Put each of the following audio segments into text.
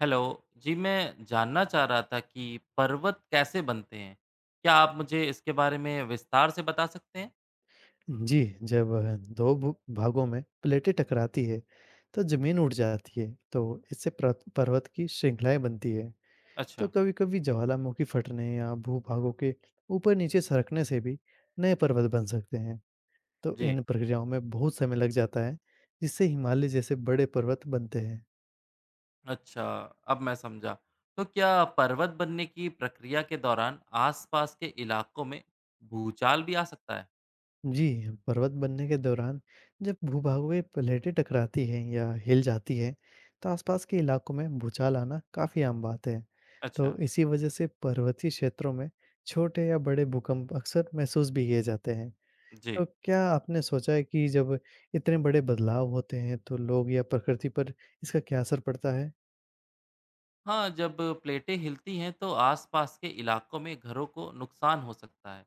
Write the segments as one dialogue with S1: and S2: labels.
S1: Hello, जी मैं जानना चाह रहा था कि पर्वत कैसे बनते हैं? क्या आप मुझे इसके बारे में विस्तार से बता सकते हैं?
S2: जी, जब दो भू भागों में प्लेटें टकराती है, तो ज़मीन उठ जाती है, तो इससे प्रत पर्वत की श्रृंखलाएँ बनती है। तो
S1: अच्छा।
S2: कभी-कभी ज्वालामुखी फटने या भूभागों के ऊपर-नीचे सरकने से भी नए पर्वत बन सकते हैं। तो
S1: जी।
S2: इन प्रक्रियाओं में बहुत समय लग जाता है, जिससे हिमालय जैसे बड़े पर्वत बनते हैं।
S1: अच्छा, अब मैं समझा। तो क्या पर्वत बनने की प्रक्रिया के दौरान आसपास के इलाकों में भूचाल भी आ सकता है?
S2: जी, पर्वत बनने के दौरान जब भूभागीय प्लेटें टकराती हैं या हिल जाती हैं, तो आसपास के इलाकों में भूचाल आना काफ़ी आम बात है। तो
S1: अच्छा।
S2: इसी वजह से पर्वतीय क्षेत्रों में छोटे या बड़े भूकंप अक्सर महसूस भी किए जाते हैं।
S1: जी।
S2: तो क्या आपने सोचा है कि जब इतने बड़े बदलाव होते हैं, तो लोग या प्रकृति पर इसका क्या असर पड़ता है?
S1: हाँ, जब प्लेटें हिलती हैं तो आसपास के इलाकों में घरों को नुकसान हो सकता है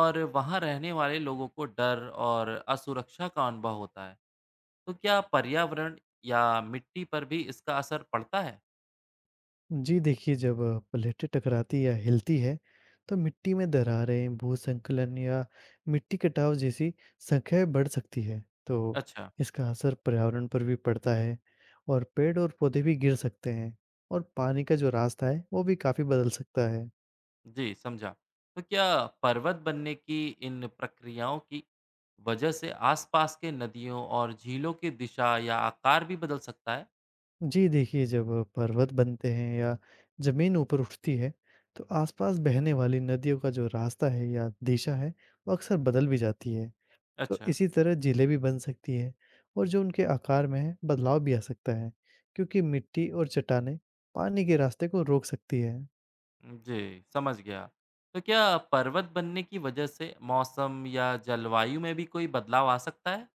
S1: और वहाँ रहने वाले लोगों को डर और असुरक्षा का अनुभव होता है। तो क्या पर्यावरण या मिट्टी पर भी इसका असर पड़ता है?
S2: जी देखिए, जब प्लेटें टकराती या हिलती है, तो मिट्टी में दरारें, भूसंकलन या मिट्टी कटाव जैसी संख्याएं बढ़ सकती है। तो
S1: अच्छा।
S2: इसका असर पर्यावरण पर भी पड़ता है और पेड़ और पौधे भी गिर सकते हैं और पानी का जो रास्ता है, वो भी काफ़ी बदल सकता है।
S1: जी समझा। तो क्या पर्वत बनने की इन प्रक्रियाओं की वजह से आसपास के नदियों और झीलों की दिशा या आकार भी बदल सकता है?
S2: जी देखिए, जब पर्वत बनते हैं या ज़मीन ऊपर उठती है, तो आसपास बहने वाली नदियों का जो रास्ता है या दिशा है, वो अक्सर बदल भी जाती है। तो
S1: अच्छा।
S2: इसी तरह झीलें भी बन सकती हैं और जो उनके आकार में है बदलाव भी आ सकता है क्योंकि मिट्टी और चट्टानें पानी के रास्ते को रोक सकती है।
S1: जी समझ गया। तो क्या पर्वत बनने की वजह से मौसम या जलवायु में भी कोई बदलाव आ सकता है?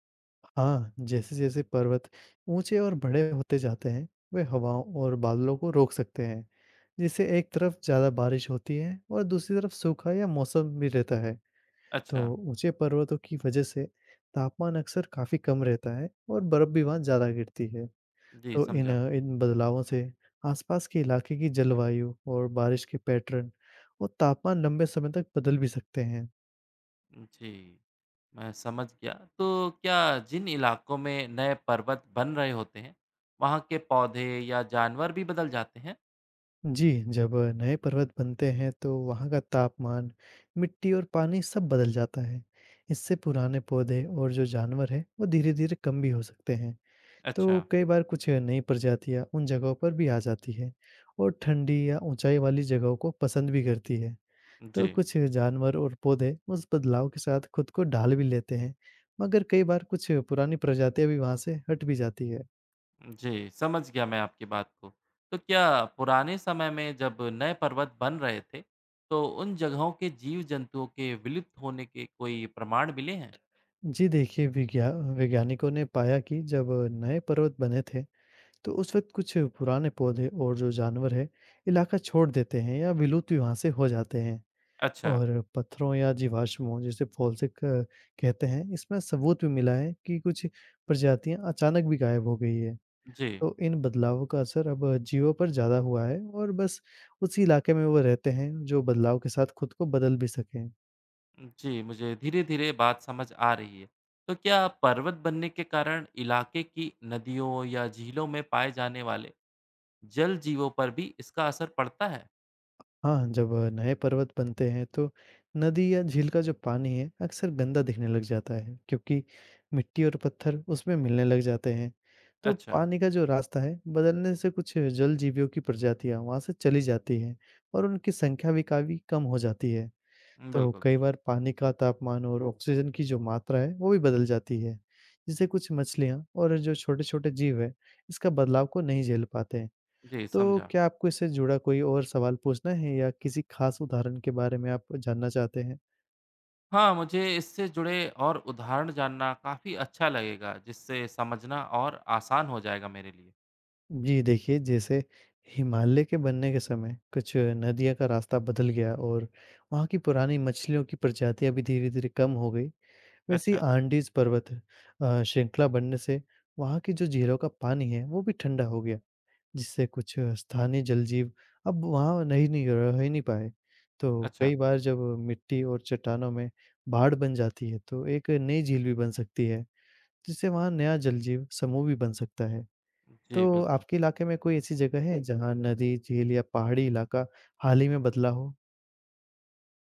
S2: हाँ, जैसे जैसे पर्वत ऊंचे और बड़े होते जाते हैं, वे हवाओं और बादलों को रोक सकते हैं, जिससे एक तरफ ज़्यादा बारिश होती है और दूसरी तरफ सूखा या मौसम भी रहता है। तो
S1: अच्छा।
S2: ऊंचे पर्वतों की वजह से तापमान अक्सर काफ़ी कम रहता है और बर्फ़ भी वहाँ ज़्यादा गिरती है।
S1: जी
S2: तो इन
S1: समझा।
S2: इन बदलावों से आसपास के इलाके की जलवायु और बारिश के पैटर्न और तापमान लंबे समय तक बदल भी सकते हैं।
S1: जी। मैं समझ गया। तो क्या जिन इलाकों में नए पर्वत बन रहे होते हैं, वहाँ के पौधे या जानवर भी बदल जाते हैं?
S2: जी, जब नए पर्वत बनते हैं तो वहाँ का तापमान, मिट्टी और पानी सब बदल जाता है। इससे पुराने पौधे और जो जानवर हैं वो धीरे-धीरे कम भी हो सकते हैं।
S1: अच्छा।
S2: तो कई बार कुछ नई प्रजातियाँ उन जगहों पर भी आ जाती है और ठंडी या ऊंचाई वाली जगहों को पसंद भी करती है। तो
S1: जी।
S2: कुछ जानवर और पौधे उस बदलाव के साथ खुद को ढाल भी लेते हैं, मगर कई बार कुछ पुरानी प्रजातियां भी वहां से हट भी जाती है।
S1: जी, समझ गया मैं आपकी बात को। तो क्या पुराने समय में जब नए पर्वत बन रहे थे, तो उन जगहों के जीव-जंतुओं के विलुप्त होने के कोई प्रमाण मिले हैं?
S2: जी देखिए, विज्ञा वैज्ञानिकों ने पाया कि जब नए पर्वत बने थे तो उस वक्त कुछ पुराने पौधे और जो जानवर है इलाका छोड़ देते हैं या विलुप्त भी वहां से हो जाते हैं।
S1: अच्छा।
S2: और पत्थरों या जीवाश्मों जिसे फॉसिल कहते हैं इसमें सबूत भी मिला है कि कुछ प्रजातियां अचानक भी गायब हो गई है।
S1: जी।
S2: तो इन बदलावों का असर अब जियो पर ज़्यादा हुआ है और बस उसी इलाके में वो रहते हैं जो बदलाव के साथ खुद को बदल भी सकें।
S1: जी, मुझे धीरे-धीरे बात समझ आ रही है। तो क्या पर्वत बनने के कारण इलाके की नदियों या झीलों में पाए जाने वाले जल जीवों पर भी इसका असर पड़ता है?
S2: हाँ, जब नए पर्वत बनते हैं तो नदी या झील का जो पानी है अक्सर गंदा दिखने लग जाता है क्योंकि मिट्टी और पत्थर उसमें मिलने लग जाते हैं। तो
S1: अच्छा।
S2: पानी का जो रास्ता है बदलने से कुछ जल जीवियों की प्रजातियां वहां से चली जाती हैं और उनकी संख्या भी काफी कम हो जाती है। तो
S1: बिल्कुल।
S2: कई बार पानी का तापमान और ऑक्सीजन की जो मात्रा है वो भी बदल जाती है, जिससे कुछ मछलियाँ और जो छोटे छोटे जीव है इसका बदलाव को नहीं झेल पाते हैं।
S1: जी,
S2: तो
S1: समझा।
S2: क्या आपको इससे जुड़ा कोई और सवाल पूछना है या किसी खास उदाहरण के बारे में आप जानना चाहते हैं?
S1: हाँ, मुझे इससे जुड़े और उदाहरण जानना काफ़ी अच्छा लगेगा, जिससे समझना और आसान हो जाएगा मेरे लिए।
S2: जी देखिए, जैसे हिमालय के बनने के समय कुछ नदियाँ का रास्ता बदल गया और वहाँ की पुरानी मछलियों की प्रजातियाँ भी धीरे धीरे कम हो गई। वैसे ही
S1: अच्छा।
S2: आंडीज पर्वत श्रृंखला बनने से वहाँ की जो झीलों का पानी है वो भी ठंडा हो गया, जिससे कुछ स्थानीय जलजीव अब वहाँ नहीं नहीं रह ही नहीं पाए। तो
S1: अच्छा।
S2: कई बार जब मिट्टी और चट्टानों में बाढ़ बन जाती है तो एक नई झील भी बन सकती है, जिससे वहाँ नया जलजीव समूह भी बन सकता है। तो
S1: जी, बिल्कुल।
S2: आपके इलाके में कोई ऐसी जगह है जहाँ नदी झील या पहाड़ी इलाका हाल ही में बदला हो?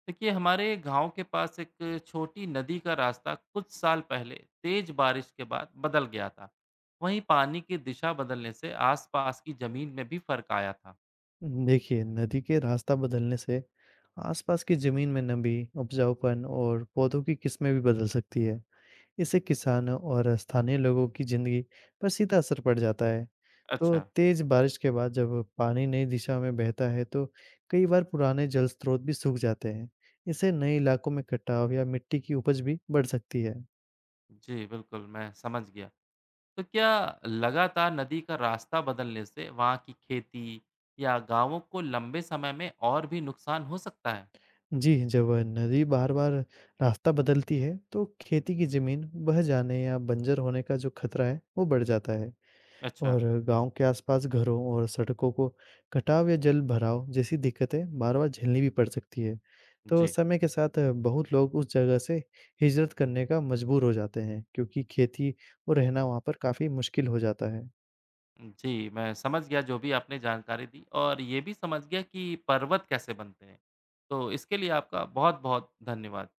S1: देखिए, हमारे गाँव के पास एक छोटी नदी का रास्ता कुछ साल पहले तेज़ बारिश के बाद बदल गया था। वहीं पानी की दिशा बदलने से आसपास की ज़मीन में भी फ़र्क आया था।
S2: देखिए, नदी के रास्ता बदलने से आसपास की जमीन में नमी, उपजाऊपन और पौधों की किस्में भी बदल सकती है। इससे किसानों और स्थानीय लोगों की जिंदगी पर सीधा असर पड़ जाता है। तो
S1: अच्छा।
S2: तेज बारिश के बाद जब पानी नई दिशा में बहता है, तो कई बार पुराने जल स्रोत भी सूख जाते हैं। इससे नए इलाकों में कटाव या मिट्टी की उपज भी बढ़ सकती है।
S1: जी, बिल्कुल, मैं समझ गया। तो क्या लगातार नदी का रास्ता बदलने से वहाँ की खेती या गांवों को लंबे समय में और भी नुकसान हो सकता है?
S2: जी, जब नदी बार-बार रास्ता बदलती है, तो खेती की जमीन बह जाने या बंजर होने का जो खतरा है, वो बढ़ जाता है।
S1: अच्छा।
S2: और गाँव के आसपास घरों और सड़कों को कटाव या जल भराव जैसी दिक्कतें बार-बार झेलनी भी पड़ सकती है। तो
S1: जी।
S2: समय के साथ बहुत लोग उस जगह से हिजरत करने का मजबूर हो जाते हैं, क्योंकि खेती और रहना वहाँ पर काफ़ी मुश्किल हो जाता है।
S1: जी, मैं समझ गया जो भी आपने जानकारी दी और ये भी समझ गया कि पर्वत कैसे बनते हैं। तो इसके लिए आपका बहुत-बहुत धन्यवाद।